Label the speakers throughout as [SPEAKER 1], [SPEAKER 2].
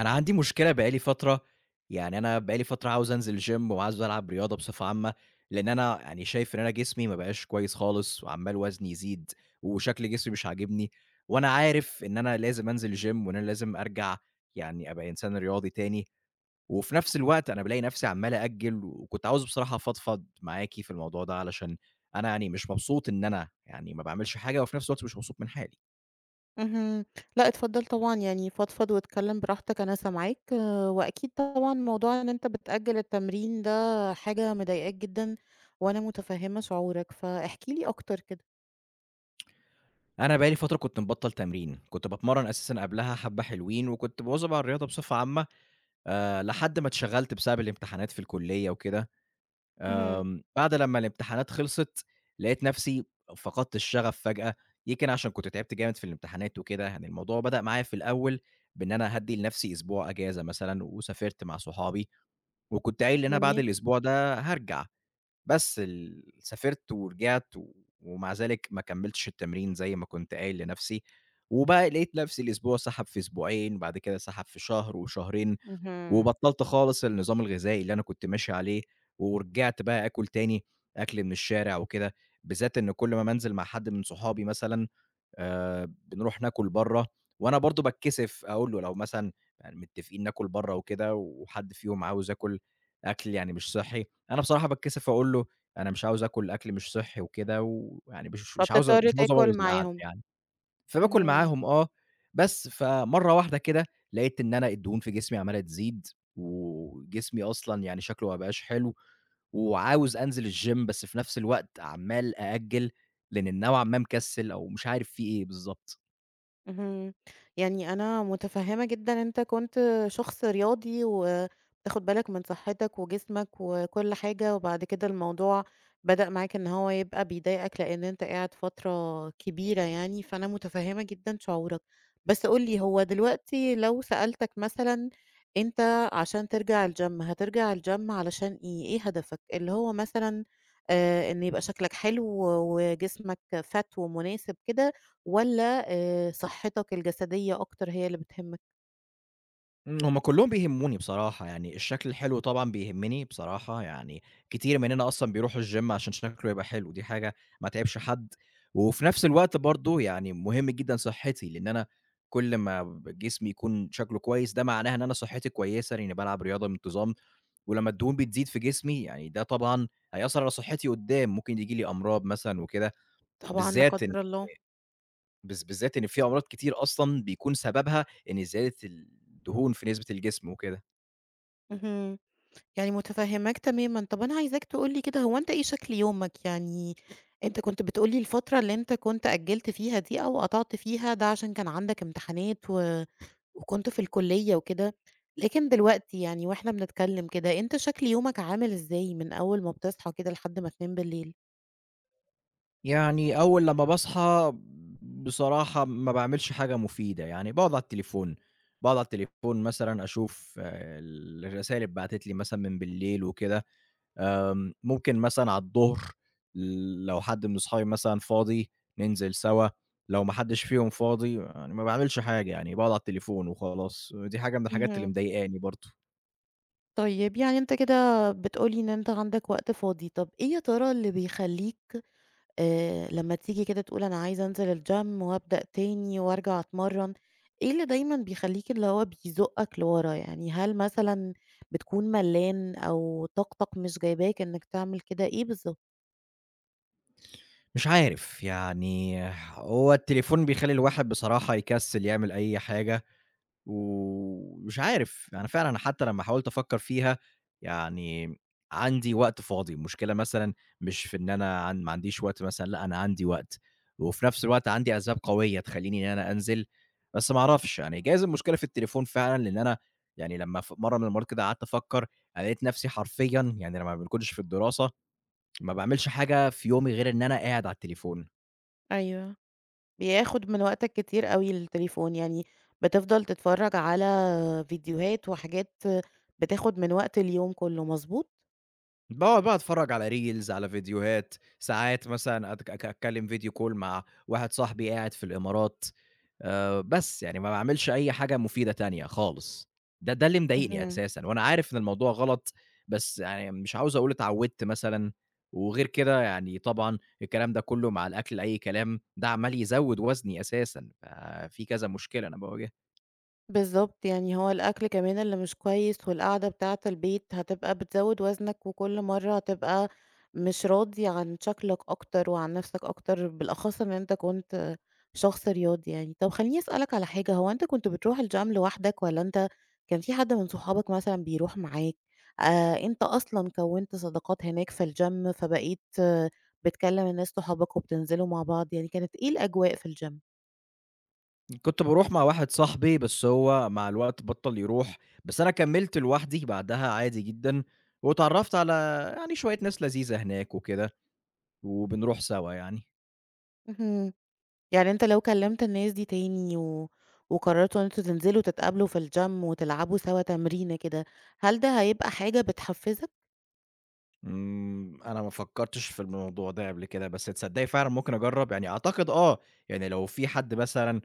[SPEAKER 1] أنا عندي مشكلة بقى لي فترة، يعني أنا بقى لي فترة عاوز أنزل gym وعاوز ألعب رياضة بصفة عامة، لإن أنا يعني شايف إن أنا جسمي ما بقاش كويس خالص وعمّال وزني يزيد وشكل جسمي مش عاجبني، وأنا عارف إن أنا لازم أنزل gym وإن أنا لازم أرجع يعني أبقى إنسان رياضي تاني، وفي نفس الوقت أنا بالاقي نفسي عمّال أأجّل، وكنت عاوز بصراحة أفضفض معاكِ في الموضوع ده علشان أنا يعني مش مبسوط إن أنا يعني ما باعملش حاجة، وفي نفس الوقت مش مبسوط من حالي.
[SPEAKER 2] اهم. لأ اتفضل طبعًا، يعني فضفض واتكلّم براحتك أنا سامعاك، آه، وأكيد طبعًا موضوع إن أنت بتأجّل التمرين ده حاجة مضايقاك جدًا، وأنا متفهّمة شعورك، فاحكِ لي أكتر كده.
[SPEAKER 1] أنا بقى لي فترة كنت مبطّل تمرين، كنت باتمرّن أساسًا قبلها حبّة حلوين، وكنت مواظب على الرياضة بصفة عامة، لحد ما اتشغّلت بسبب الامتحانات في الكلية وكده،
[SPEAKER 2] اهم.
[SPEAKER 1] بعد لمّا الامتحانات خلصت، لقيت نَفْسي فقدت الشغف فجأة، يمكن عشان كنت تعبت جامد في الامتحانات وكده، يعني الموضوع بدأ معايا في الأول بإن أنا هادّي لنَفْسي أسبوع إجازة مثلًا، وسافرت مع صحابي، وكنت قايل إن أنا بعد
[SPEAKER 2] جميل.
[SPEAKER 1] الأسبوع ده هارجع. بس سافرت ورجعت و ومع ذلك ما كمّلتش التمرين زي ما كنت قايل لنفسي، وبقى لقيت نفسي الأسبوع سَحَب في أسبوعين، بعد كده سَحَب في شهر وشهرين،
[SPEAKER 2] اهم.
[SPEAKER 1] وبطّلت خالص النظام الغذائي اللي أنا كنت ماشي عليه، ورجعت بقى آكل تاني أكل من الشارع وكده، بالذات إن كل ما بانزل مع حد من صحابي مثلًا بنروح ناكل برّه، وأنا برضه باتكسف أقول له لو مثلًا يعني متفقين ناكل برّه وكده وحد فيهم عاوز ياكل أكل يعني مش صحّي، أنا بصراحة باتكسف أقول له أنا مش عاوز آكل أكل مش صحّي وكده، ويعني مش مش عاوز
[SPEAKER 2] فبتضطر
[SPEAKER 1] مش عاوز
[SPEAKER 2] تاكل
[SPEAKER 1] أبوّظ القعدة
[SPEAKER 2] معاهم.
[SPEAKER 1] يعني. فباكل
[SPEAKER 2] اهم.
[SPEAKER 1] معاهم آه، بس فمرّة واحدة كده لقيت إن أنا الدهون في جسمي عمّالة تزيد، وجسمي أصلًا يعني شكله ما بقاش حلو، وعاوز أنزل الgym بس في نفس الوقت عمّال أأجّل، لإن نوعًا ما مكسّل أو مش عارف في إيه بالضبط.
[SPEAKER 2] اهم. يعني أنا متفهّمة جدًا أنت كنت شخص رياضي وبتاخد بالك من صحّتك وجسمك وكل حاجة، وبعد كده الموضوع بدأ معاك إن هو يبقى بيضايقك لإن أنت قاعد فترة كبيرة يعني، فأنا متفهّمة جدًا شعورك. بس قُل لي هو دلوقتي لو سألتك مثلًا أنت عشان ترجع الgym هترجع الgym علشان إيه؟ إيه هدفك؟ اللي هو مثلًا إن يبقى شكلك حلو وجسمك fat ومناسب كده، والّا صحتك الجسدية أكتر هي اللي بتهمك؟
[SPEAKER 1] هُم كلّهم بيهمّوني بصراحة، يعني الشكل الحلو طبعًا بيهمّني بصراحة، يعني كتير مننا أصلًا بيروحوا الgym عشان شكله يبقى حلو، دي حاجة ما تعيبش حد، وفي نفس الوقت برضه يعني مهم جدًا صحّتي، لإن أنا كل ما ب جسمي يكون شكله كويس ده معناها إن أنا صحّتي كويسة، لإني بالعب رياضة بانتظام، ولمّا الدهون بتزيد في جسمي يعني ده طبعًا هيأثّر على صحّتي قدّام، ممكن ييجي لي أمراض مثلًا وكده،
[SPEAKER 2] طبعًا لا
[SPEAKER 1] بالذات إن
[SPEAKER 2] قدر الله.
[SPEAKER 1] بالذ بالذات إن في أمراض كتير أصلًا بيكون سببها إن زيادة الدهون في نسبة الجسم وكده.
[SPEAKER 2] اهم. يعني متفهماك تمامًا. طب أنا عايزاك تقول لي كده هو أنت إيه شكل يومك؟ يعني أنت كنت بتقول لي الفترة اللي أنت كنت أجّلت فيها دي أو قطعت فيها ده عشان كان عندك امتحانات وكنت في الكلية وكده، لكن دلوقتي يعني وإحنا بنتكلم كده، أنت شكل يومك عامل إزاي من أول ما بتصحى كده لحد ما تنام بالليل؟
[SPEAKER 1] يعني أول لمّا باصحى بصراحة ما باعملش حاجة مفيدة، يعني باقعد على التليفون، باقعد على التليفون مثلًا أشوف الرسايل اتبعتت لي مثلًا من بالليل وكده، ممكن مثلًا على الضهر لو حد من صحابي مثلًا فاضي ننزل سوا، لو ما حدش فيهم فاضي يعني ما باعملش حاجة يعني باقعد على التليفون وخلاص، ودي حاجة من الحاجات اللي
[SPEAKER 2] اهم.
[SPEAKER 1] مضايقاني برضه.
[SPEAKER 2] طيب، يعني أنت كده بتقول لي إن أنت عندك وقت فاضي، طَب إيه يا ترى اللي بيخلّيك لمّا تيجي كده تقول أنا عايز أنزل الgym وأبدأ تاني وأرجع أتمرّن، إيه اللي دايمًا بيخلّيك اللي هو بيزُقّك لورا؟ يعني هل مثلًا بتكون ملّان أو طاقتك مش جايباك إنّك تعمل كده، إيه بالضبط؟
[SPEAKER 1] مش عارف يعني هو التليفون بيخلّي الواحد بصراحة يكسل يعمل أي حاجة. ومش عارف، أنا فعلًا حتى لمّا حاولت أفكّر فيها، يعني عندي وقت فاضي، المشكلة مثلًا مش في إن أنا ما عنديش وقت مثلًا، لأ أنا عندي وقت، وفي نفس الوقت عندي أسباب قوية تخلّيني إن أنا أنزل، بس ما أعرفش يعني جايز المشكلة في التليفون فعلًا، لإن أنا يعني لمّا في مرّة من المرّات كده قعدت أفكّر، أنا لقيت نفسي حرفيًا يعني لمّا ما باكونش في الدراسة، ما باعملش حاجة في يومي غير إن أنا قاعد على التليفون.
[SPEAKER 2] أيوه. بياخد من وقتك كتير أوي التليفون، يعني بتفضل تتفرّج على فيديوهات وحاجات بتاخد من وقت اليوم كُلّه، مضبوط؟
[SPEAKER 1] باقعد بقى أتفرّج على reels على فيديوهات، ساعات مثلًا أتكلّم video call مع واحد صاحبي قاعد في الإمارات، بس، يعني ما باعملش أي حاجة مفيدة تانية خالص. ده اللي مضايقني
[SPEAKER 2] اهم.
[SPEAKER 1] أساسًا وأنا عارف إن الموضوع غلط، بس يعني مش عاوز أقول اتعوّدت مثلًا، وغير كده يعني طبعًا الكلام ده كُلّه مع الأكل أي كلام، ده عمّال يزوّد وزني أساسًا، ففي كذا مشكلة أنا باواجهها.
[SPEAKER 2] بالضبط، يعني هو الأكل كمان اللي مش كويس والقعدة بتاعة البيت هتبقى بتزوّد وزنك، وكل مرّة هتبقى مش راضي عن شكلك أكتر وعن نَفْسك أكتر، بالأخص إن أنت كنت شخص رياضي يعني. طَب خلّيني أسألك على حاجة، هو أنت كنت بتروح الgym لوحدك والّا أنت كان في حد من صحابك مثلًا بيروح معاك؟ أنت أصلًا كوّنت صداقات هناك في الgym فبقيت آه، بتكلّم الناس صحابك وبتنزلوا مع بعض، يعني كانت إيه الأجواء في الgym؟
[SPEAKER 1] كنت باروح مع واحد صاحبي، بس هو مع الوقت بطّل يروح، بس أنا كمّلت لوحدي بعدها عادي جدًا، واتعرّفت على يعني شوية ناس لذيذة هناك وكده، وبنروح سوا يعني.
[SPEAKER 2] اهم. يعني أنت لو كلّمت الناس دي تاني وقررتوا إن أنتم تنزلوا تتقابلوا في الgym وتلعبوا سوا تمرينة كده، هل ده هيبقى حاجة بتحفّزك؟
[SPEAKER 1] أنا ما فكّرتش في الموضوع ده قبل كده، بس تصدّقي فعلًا ممكن أجرّب؟ يعني أعتقد آه، يعني لو في حد مثلًا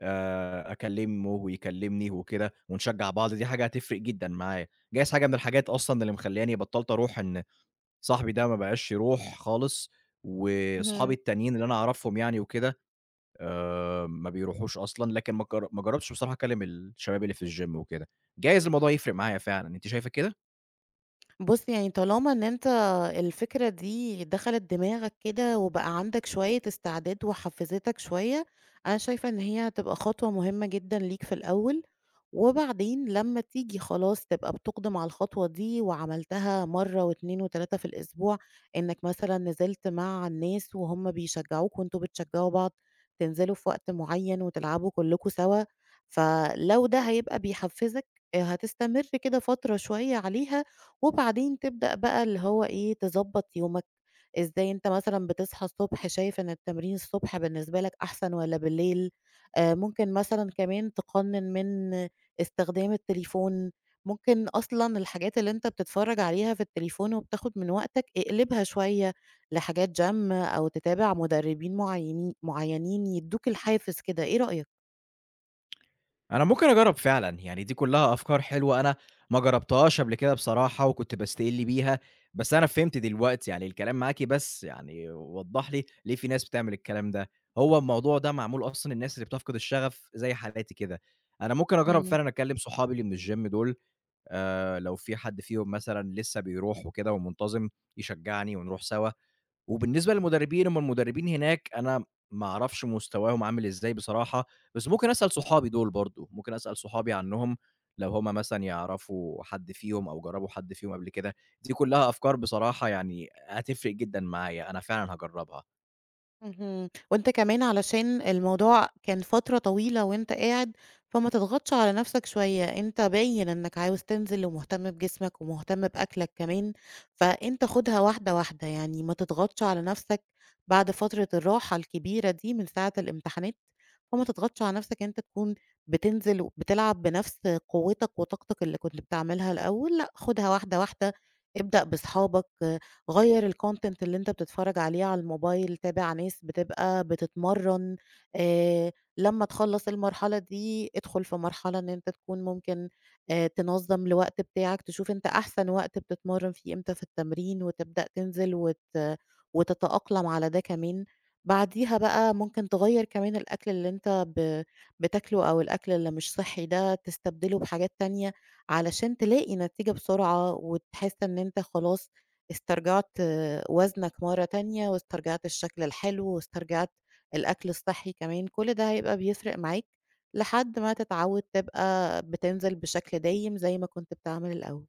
[SPEAKER 1] أكلّمه ويكلّمني وكده ونشجّع بعض، دي حاجة هتفرق جدًا معايا. جايز حاجة من الحاجات أصلًا اللي مخلّياني بطّلت أروح إن صاحبي ده ما بقاش يروح خالص، وأصحابي
[SPEAKER 2] اهم.
[SPEAKER 1] التانيين اللي أنا أعرفهم يعني وكده، ما بيروحوش أصلًا، لكن ما جرّبتش بصراحة أكلّم الشباب اللي في الgym وكده. جايز الموضوع يفرق معايا فعلًا، أنتِ شايفة كده؟
[SPEAKER 2] بُص، يعني طالما إن أنت الفكرة دي دخلت دماغك كده وبقى عندك شوية استعداد وحفّزتك شوية، أنا شايفة إن هي هتبقى خطوة مهمة جدًا ليك في الأول، وبعدين لمّا تيجي خلاص تبقى بتُقدم على الخطوة دي وعملتها مرّة و2 و3 في الأسبوع، إنك مثلًا نزلت مع الناس وهُم بيشجّعوك وأنتم بتشجّعوا بعض، تنزلوا في وقت معيّن وتلعبوا كلّكم سوا، فلو ده هيبقى بيحفّزك آه، هتستمر كده فترة شوية عليها وبعدين تبدأ بقى اللي هو إيه، تضبّط يومك، إزاي أنت مثلًا بتصحى الصبح شايف إن التمرين الصبح بالنسبة لك أحسن والّا بالليل، ممكن مثلًا كمان تقنّن من استخدام التليفون، ممكن أصلًا الحاجات اللي أنت بتتفرّج عليها في التليفون وبتاخد من وقتك اقلبها شوية لحاجات gym أو تتابع مدربين معيّنين يدّوك الحافز كده، إيه رأيك؟
[SPEAKER 1] أنا ممكن أجرّب فعلًا، يعني دي كلّها أفكار حلوة أنا ما جرّبتهاش قبل كده بصراحة وكنت باستقل بيها، بس أنا فهمت دلوقتي يعني الكلام معاكِ بس يعني وضّح لي ليه في ناس بتعمل الكلام ده. هو الموضوع ده معمول أصلًا للناس اللي بتفقد الشغف زي حالاتي كده. أنا ممكن أجرّب فعلًا أكلّم صحابي اللي من الgym دول لو في حد فيهم مثلًا لسه بيروح وكده ومنتظم، يشجّعني ونروح سوا. وبالنسبة للمدربين، هم المدربين هناك أنا ما أعرفش مستواهم عامل إزاي بصراحة، بس ممكن أسأل صحابي دول برضه، ممكن أسأل صحابي عنّهم لو هم مثلًا يعرفوا حد فيهم أو جرّبوا حد فيهم قبل كده. دي كُلّها أفكار بصراحة يعني هتفرق جدًا معايا، أنا فعلًا هاجرّبها.
[SPEAKER 2] اهم. وأنت كمان علشان الموضوع كان فترة طويلة وأنت قاعد، فما تضغطش على نفسك شوية، أنت باين إنك عاوز تنزل ومهتم بجسمك ومهتم بأكلك كمان، فأنت خُدها واحدة، واحدة، يعني ما تضغطش على نفسك بعد فترة الراحة الكبيرة دي من ساعة الامتحانات، فما تضغطش على نفسك إن أنت تكون بتنزل وبتلعب بنفس قوتك وطاقتك اللي كنت بتعملها الأول، لأ، خُدها واحدة، واحدة، ابدأ بصحابك غيّر الcontent اللي أنت بتتفرّج عليه على الموبايل، تابع ناس بتبقى بتتمرّن، لمّا تخلّص المرحلة دي ادخل في مرحلة إن أنت تكون ممكن تنظّم الوقت بتاعك، تشوف أنت أحسن وقت بتتمرّن فيه إمتى في التمرين وتبدأ تنزل وتتأقلم على ده كمان. بعديها بقى ممكن تغيّر كمان الأكل اللي أنت بتاكله أو الأكل اللي مش صحّي ده تستبدله بحاجات تانية علشان تلاقي نتيجة بسرعة وتحس إن أنت خلاص استرجعت آه، وزنك مرّة تانية، واسترجعت الشكل الحلو، واسترجعت الأكل الصحّي كمان، كل ده هيبقى بيفرق معاك لحد ما تتعوّد تبقى بتنزل بشكل دايم زي ما كنت بتعمل الأول.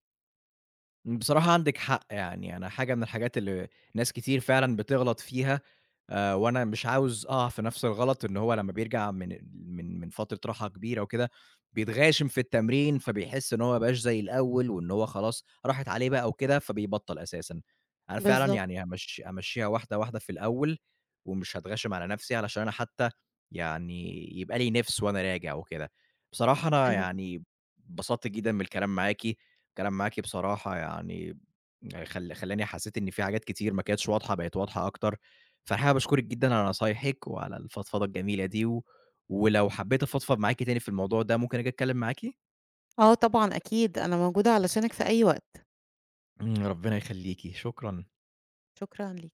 [SPEAKER 1] بصراحة عندِك حق، يعني أنا حاجة من الحاجات اللي ناس كتير فعلًا بتغلط فيها، وأنا مش عاوز أقع في نفس الغلط، إن هو لمّا بيرجع من فترة راحة كبيرة وكده، بيتغاشم في التمرين، فبيحس إن هو ما بقاش زي الأول، وإن هو خلاص راحت عليه بقى وكده، فبيبطّل أساسًا. أنا فعلًا
[SPEAKER 2] بالضبط.
[SPEAKER 1] يعني همشّيها واحدة، واحدة في الأول، ومش هاتغاشم على نفسي، علشان أنا حتى يعني يبقى لي نِفْس وأنا راجع وكده. بصراحة أنا
[SPEAKER 2] حلو.
[SPEAKER 1] يعني اتبسطت جدًا من الكلام معاكِ. الكلام معاكِ بصراحة يعني خلّاني حسّيت إن في حاجات كتير ما كانتش واضحة بقت واضحة أكتر، فالحقيقة باشكرِك جدًا على نصايحِك وعلى الفضفضة الجميلة دي، ولو حبّيت أفضفض معاكِ تاني في الموضوع ده ممكن آجي أتكلّم معاكِ؟
[SPEAKER 2] آه طبعًا أكيد، أنا موجودة علشانك في أي وقت.
[SPEAKER 1] ربنا يخلّيكِ، شكرًا.
[SPEAKER 2] شكرًا ليك.